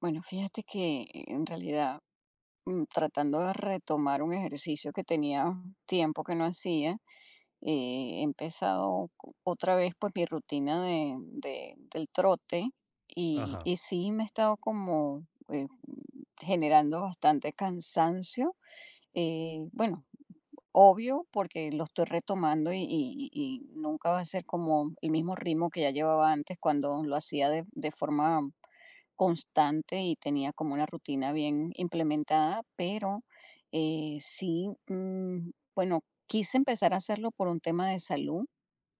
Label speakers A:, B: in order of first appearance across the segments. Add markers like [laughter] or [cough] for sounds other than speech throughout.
A: Bueno, fíjate que en realidad tratando de retomar un ejercicio que tenía tiempo que no hacía. He empezado otra vez pues mi rutina del trote
B: Ajá,
A: y sí me he estado como eh, generando bastante cansancio. Bueno, obvio porque lo estoy retomando y nunca va a ser como el mismo ritmo que ya llevaba antes cuando lo hacía de forma constante y tenía como una rutina bien implementada, pero sí. Bueno, quise empezar a hacerlo por un tema de salud.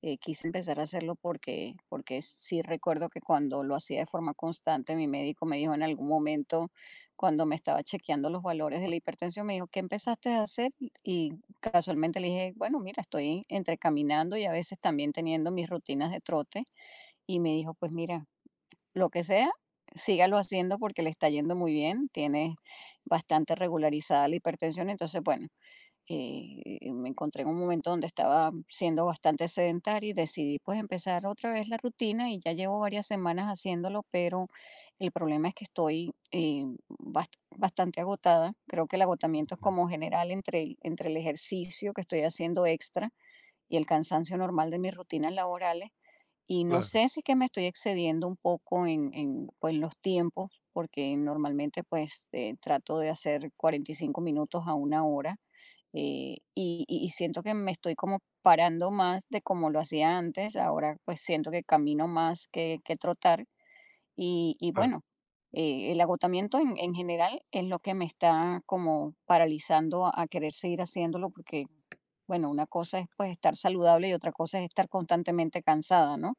A: Quise empezar a hacerlo porque sí recuerdo que cuando lo hacía de forma constante, mi médico me dijo en algún momento, cuando me estaba chequeando los valores de la hipertensión, me dijo, ¿qué empezaste a hacer? Y casualmente le dije, bueno, mira, estoy entre caminando y a veces también teniendo mis rutinas de trote. Y me dijo, pues mira, lo que sea, sígalo haciendo porque le está yendo muy bien, tiene bastante regularizada la hipertensión. Entonces, bueno, me encontré en un momento donde estaba siendo bastante sedentaria y decidí pues empezar otra vez la rutina y ya llevo varias semanas haciéndolo, pero el problema es que estoy bastante agotada. Creo que el agotamiento es
B: okey.
A: como general entre el ejercicio que estoy haciendo extra y el cansancio normal de mis rutinas laborales. Y no
B: Claro,
A: sé si es que me estoy excediendo un poco pues, los tiempos, porque normalmente pues trato de hacer 45 minutos a una hora. Y siento que me estoy como parando más de como lo hacía antes. Ahora pues siento que camino más que trotar. Y
B: claro,
A: bueno, el agotamiento en general es lo que me está como paralizando a querer seguir haciéndolo. Porque bueno, una cosa es pues estar saludable y otra cosa es estar constantemente cansada, ¿no?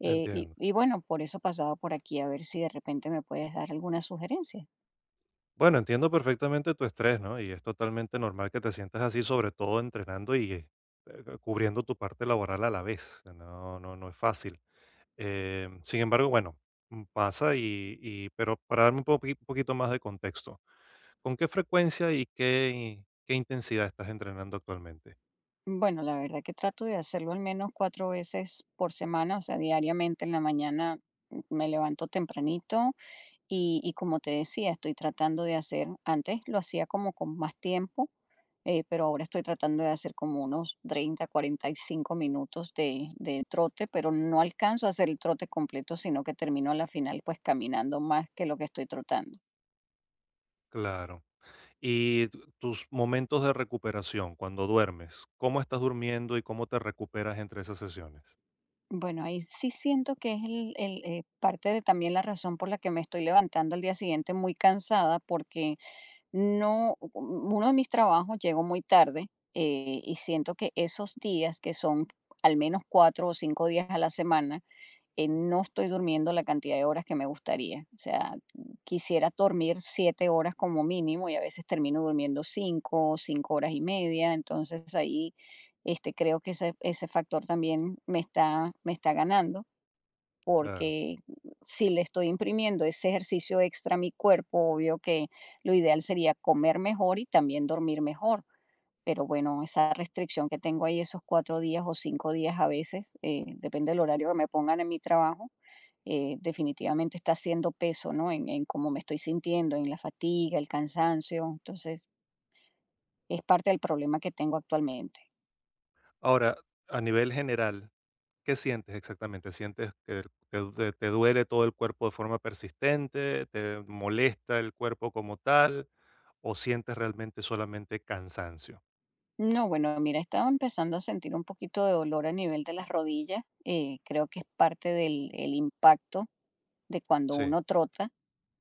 B: entiendo.
A: Y bueno, por eso pasaba por aquí a ver si de repente me puedes dar alguna sugerencia.
B: Bueno, entiendo perfectamente tu estrés, ¿no? Y es totalmente normal que te sientas así, sobre todo entrenando y, cubriendo tu parte laboral a la vez. No es fácil. Sin embargo, bueno, pasa y pero para darme un poquito más de contexto, ¿con qué frecuencia y qué intensidad estás entrenando actualmente?
A: Bueno, la verdad que trato de hacerlo al menos 4 veces por semana, o sea, diariamente en la mañana. Me levanto tempranito y como te decía, estoy tratando de hacer, antes lo hacía como con más tiempo. Pero ahora estoy tratando de hacer como unos 30, 45 minutos de trote, pero no alcanzo a hacer el trote completo, sino que termino a la final pues caminando más que lo que estoy trotando.
B: Claro. Y tu tus momentos de recuperación, cuando duermes, ¿cómo estás durmiendo y cómo te recuperas entre esas sesiones?
A: Bueno, ahí sí siento que es parte de también la razón por la que me estoy levantando al día siguiente muy cansada, porque no, uno de mis trabajos llegó muy tarde. Y siento que esos días, que son al menos 4 o 5 días a la semana, no estoy durmiendo la cantidad de horas que me gustaría. O sea, quisiera dormir 7 horas como mínimo y a veces termino durmiendo 5, 5 horas y media. Entonces ahí este, creo que ese factor también me está ganando
B: Claro.
A: porque si le estoy imprimiendo ese ejercicio extra a mi cuerpo, obvio que lo ideal sería comer mejor y también dormir mejor. Pero bueno, esa restricción que tengo ahí esos 4 días o 5 días a veces, depende del horario que me pongan en mi trabajo. Definitivamente está haciendo peso, ¿no? En cómo me estoy sintiendo, en la fatiga, el cansancio. Entonces, es parte del problema que tengo actualmente.
B: Ahora, a nivel general, ¿qué sientes exactamente? ¿Sientes que te duele todo el cuerpo de forma persistente? ¿Te molesta el cuerpo como tal? ¿O sientes realmente solamente cansancio?
A: No, bueno, mira, estaba empezando a sentir un poquito de dolor a nivel de las rodillas. Creo que es parte del el impacto de cuando
B: Sí,
A: uno trota.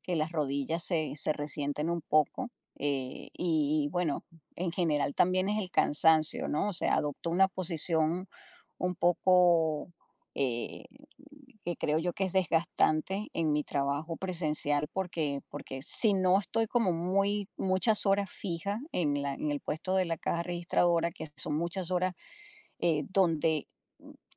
A: Que las rodillas se resienten un poco. Y bueno, en general también es el cansancio, ¿no? O sea, adopto una posición un poco eh, que creo yo que es desgastante en mi trabajo presencial porque, porque si no estoy como muy muchas horas fijas en en el puesto de la caja registradora, que son muchas horas donde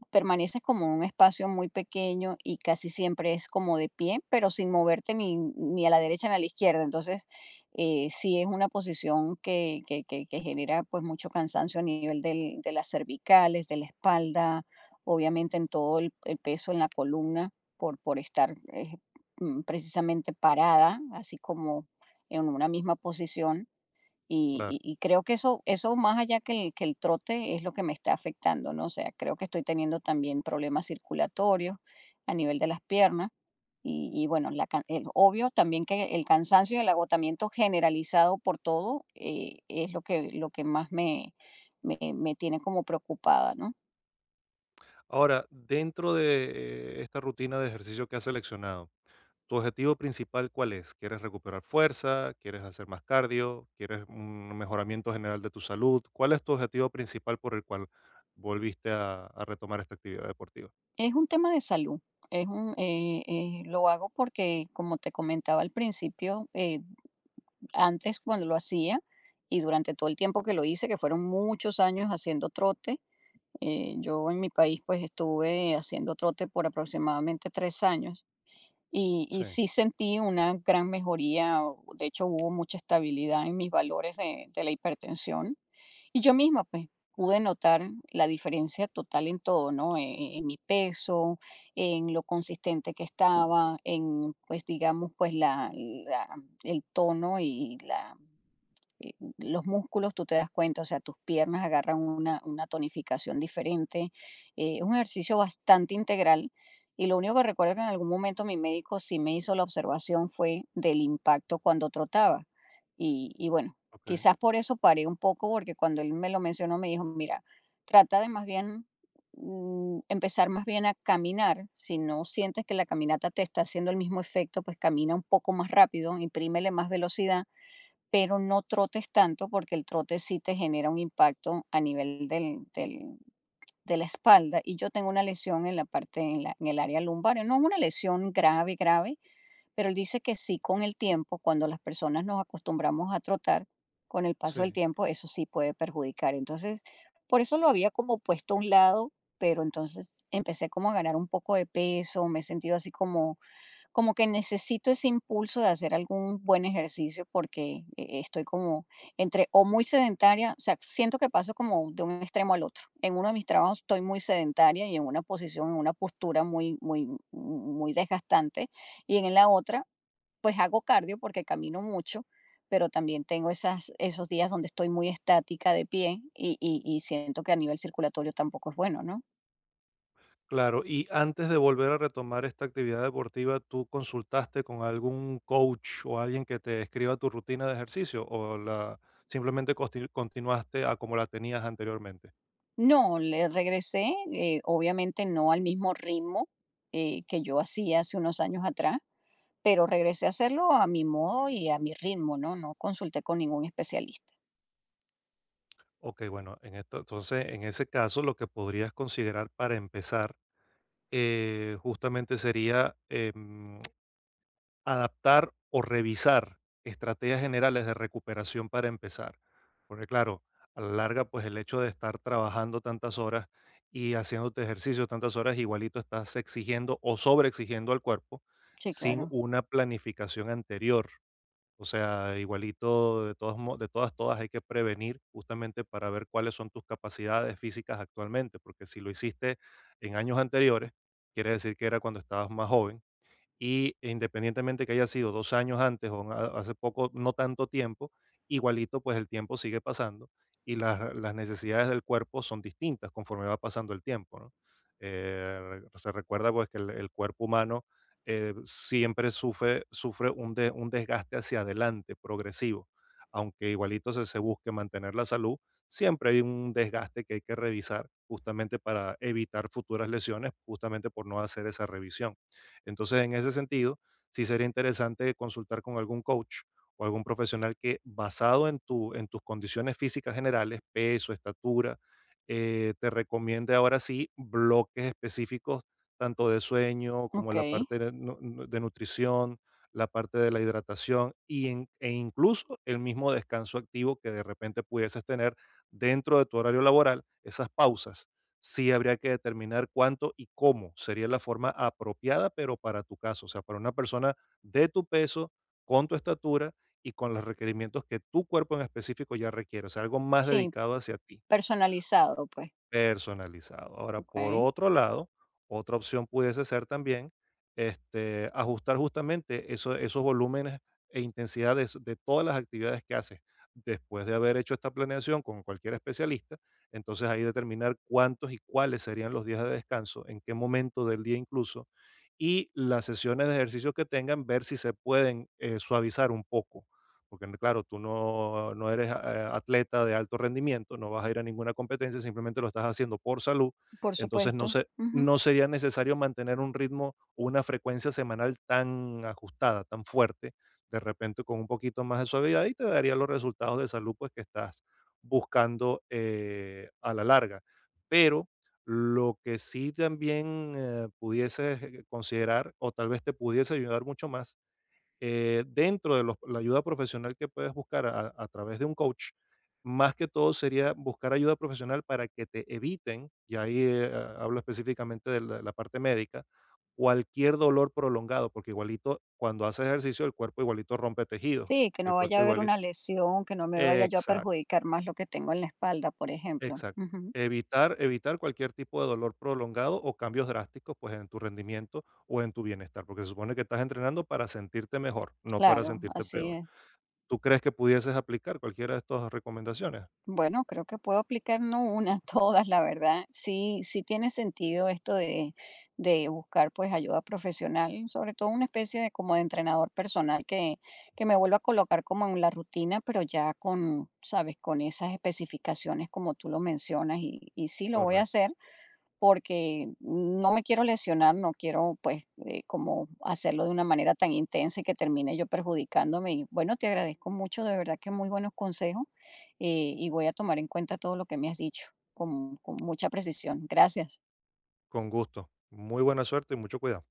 A: permaneces como en un espacio muy pequeño y casi siempre es como de pie, pero sin moverte ni, ni a la derecha ni a la izquierda. Entonces, sí es una posición que genera pues mucho cansancio a nivel de las cervicales, de la espalda, obviamente en todo el peso en la columna por estar precisamente parada, así como en una misma posición.
B: claro.
A: Y creo que eso más allá que que el trote es lo que me está afectando, ¿no? O sea, creo que estoy teniendo también problemas circulatorios a nivel de las piernas. Y bueno, obvio también que el cansancio y el agotamiento generalizado por todo es lo que me tiene como preocupada, ¿no?
B: Ahora, dentro de esta rutina de ejercicio que has seleccionado, ¿tu objetivo principal cuál es? ¿Quieres recuperar fuerza? ¿Quieres hacer más cardio? ¿Quieres un mejoramiento general de tu salud? ¿Cuál es tu objetivo principal por el cual volviste a retomar esta actividad deportiva?
A: Es un tema de salud. Es un, lo hago porque, como te comentaba al principio, antes cuando lo hacía y durante todo el tiempo que lo hice, que fueron muchos años haciendo trote. Yo en mi país pues estuve haciendo trote por aproximadamente 3 años y
B: Sí,
A: sí sentí una gran mejoría. De hecho hubo mucha estabilidad en mis valores de la hipertensión y yo misma, pues, pude notar la diferencia total en todo, ¿no? Mi peso, en lo consistente que estaba, en, pues, digamos, pues, el tono y la, los músculos, tú te das cuenta, o sea, tus piernas agarran una tonificación diferente. Es un ejercicio bastante integral. Y lo único que recuerdo que en algún momento mi médico sí me hizo la observación fue del impacto cuando trotaba. Y bueno,
B: okey,
A: quizás por eso paré un poco, porque cuando él me lo mencionó, me dijo, mira, trata de más bien empezar más bien a caminar. Si no sientes que la caminata te está haciendo el mismo efecto, pues camina un poco más rápido, imprímele más velocidad, pero no trotes tanto porque el trote sí te genera un impacto a nivel de la espalda. Y yo tengo una lesión en la parte, en el área lumbar. No es una lesión grave, grave, pero él dice que sí, con el tiempo, cuando las personas nos acostumbramos a trotar, con el paso del
B: sí,
A: tiempo, eso sí puede perjudicar. Entonces, por eso lo había como puesto a un lado, pero entonces empecé como a ganar un poco de peso, me he sentido así como, como que necesito ese impulso de hacer algún buen ejercicio porque estoy como entre o muy sedentaria, o sea, siento que paso como de un extremo al otro. En uno de mis trabajos estoy muy sedentaria y en una posición, en una postura muy, muy, muy desgastante, y en la otra pues hago cardio porque camino mucho, pero también tengo esos días donde estoy muy estática de pie y siento que a nivel circulatorio tampoco es bueno, ¿no?
B: claro. Y antes de volver a retomar esta actividad deportiva, ¿tú consultaste con algún coach o alguien que te escriba tu rutina de ejercicio o la simplemente consti continuaste a como la tenías anteriormente?
A: No, le regresé, obviamente no al mismo ritmo que yo hacía hace unos años atrás, pero regresé a hacerlo a mi modo y a mi ritmo, ¿no? No consulté con ningún especialista.
B: Okey, bueno, en esto entonces, en ese caso, lo que podrías considerar para empezar, justamente sería, adaptar o revisar estrategias generales de recuperación para empezar. Porque claro, a la larga, pues el hecho de estar trabajando tantas horas y haciéndote ejercicio tantas horas, igualito estás exigiendo o sobreexigiendo al cuerpo
A: Sí,
B: sin
A: claro.
B: una planificación anterior. O sea, igualito de todas, de todas, todas hay que prevenir justamente para ver cuáles son tus capacidades físicas actualmente, porque si lo hiciste en años anteriores, quiere decir que era cuando estabas más joven y independientemente que haya sido 2 años antes o ha hace poco, no tanto tiempo, igualito, pues, el tiempo sigue pasando y las necesidades del cuerpo son distintas conforme va pasando el tiempo, ¿no? Se recuerda, pues, que el cuerpo humano, siempre sufre un desgaste hacia adelante progresivo, aunque igualito se busque mantener la salud, siempre hay un desgaste que hay que revisar justamente para evitar futuras lesiones, justamente por no hacer esa revisión. Entonces, en ese sentido, sí sería interesante consultar con algún coach o algún profesional que basado en tus condiciones físicas generales, peso, estatura, te recomiende ahora sí bloques específicos, tanto de sueño como
A: Ok.
B: la parte de, de nutrición, la parte de la hidratación e incluso el mismo descanso activo que de repente pudieses tener dentro de tu horario laboral, esas pausas sí habría que determinar cuánto y cómo sería la forma apropiada, pero para tu caso, o sea, para una persona de tu peso, con tu estatura y con los requerimientos que tu cuerpo en específico ya requiere, o sea, algo más
A: Sí,
B: dedicado hacia ti.
A: personalizado, pues.
B: Personalizado. Ahora,
A: Ok.
B: por otro lado, otra opción pudiese ser también este, ajustar justamente esos volúmenes e intensidades de todas las actividades que haces. Después de haber hecho esta planeación con cualquier especialista, entonces ahí determinar cuántos y cuáles serían los días de descanso, en qué momento del día incluso, y las sesiones de ejercicio que tengan, ver si se pueden suavizar un poco porque claro, tú no, no eres atleta de alto rendimiento, no vas a ir a ninguna competencia, simplemente lo estás haciendo por salud,
A: Por
B: entonces
A: supuesto. Ujú.
B: no sería necesario mantener un ritmo o una frecuencia semanal tan ajustada, tan fuerte, de repente con un poquito más de suavidad y te daría los resultados de salud pues que estás buscando a la larga. Pero lo que sí también pudieses considerar o tal vez te pudiese ayudar mucho más dentro de la ayuda profesional que puedes buscar a través de un coach, más que todo sería buscar ayuda profesional para que te eviten, y ahí hablo específicamente de la parte médica, cualquier dolor prolongado, porque igualito cuando haces ejercicio el cuerpo igualito rompe tejidos,
A: Sí, que
B: que
A: no
B: el
A: vaya
B: cuerpo
A: a haber
B: igualito.
A: una lesión, que no me vaya yo a
B: Exacto,
A: perjudicar más lo que tengo en la espalda, por ejemplo.
B: exacto.
A: Ujú.
B: Evitar, evitar cualquier tipo de dolor prolongado o cambios drásticos pues en tu rendimiento o en tu bienestar, porque se supone que estás entrenando para sentirte mejor, no para
A: Claro,
B: sentirte
A: así
B: peor.
A: es.
B: ¿Tú crees que pudieses aplicar cualquiera de estas recomendaciones?
A: Bueno, creo que puedo aplicar no una, [laughs] todas, la verdad. Sí, sí tiene sentido esto de buscar pues ayuda profesional, sobre todo una especie de como de entrenador personal que me vuelva a colocar como en la rutina, pero ya con, sabes, con esas especificaciones como tú lo mencionas y sí lo voy a
B: Correcto,
A: hacer. Porque no me quiero lesionar, no quiero pues como hacerlo de una manera tan intensa y que termine yo perjudicándome. Y bueno, te agradezco mucho, de verdad que muy buenos consejos. Y voy a tomar en cuenta todo lo que me has dicho con mucha precisión. Gracias.
B: con gusto. Muy buena suerte y mucho cuidado.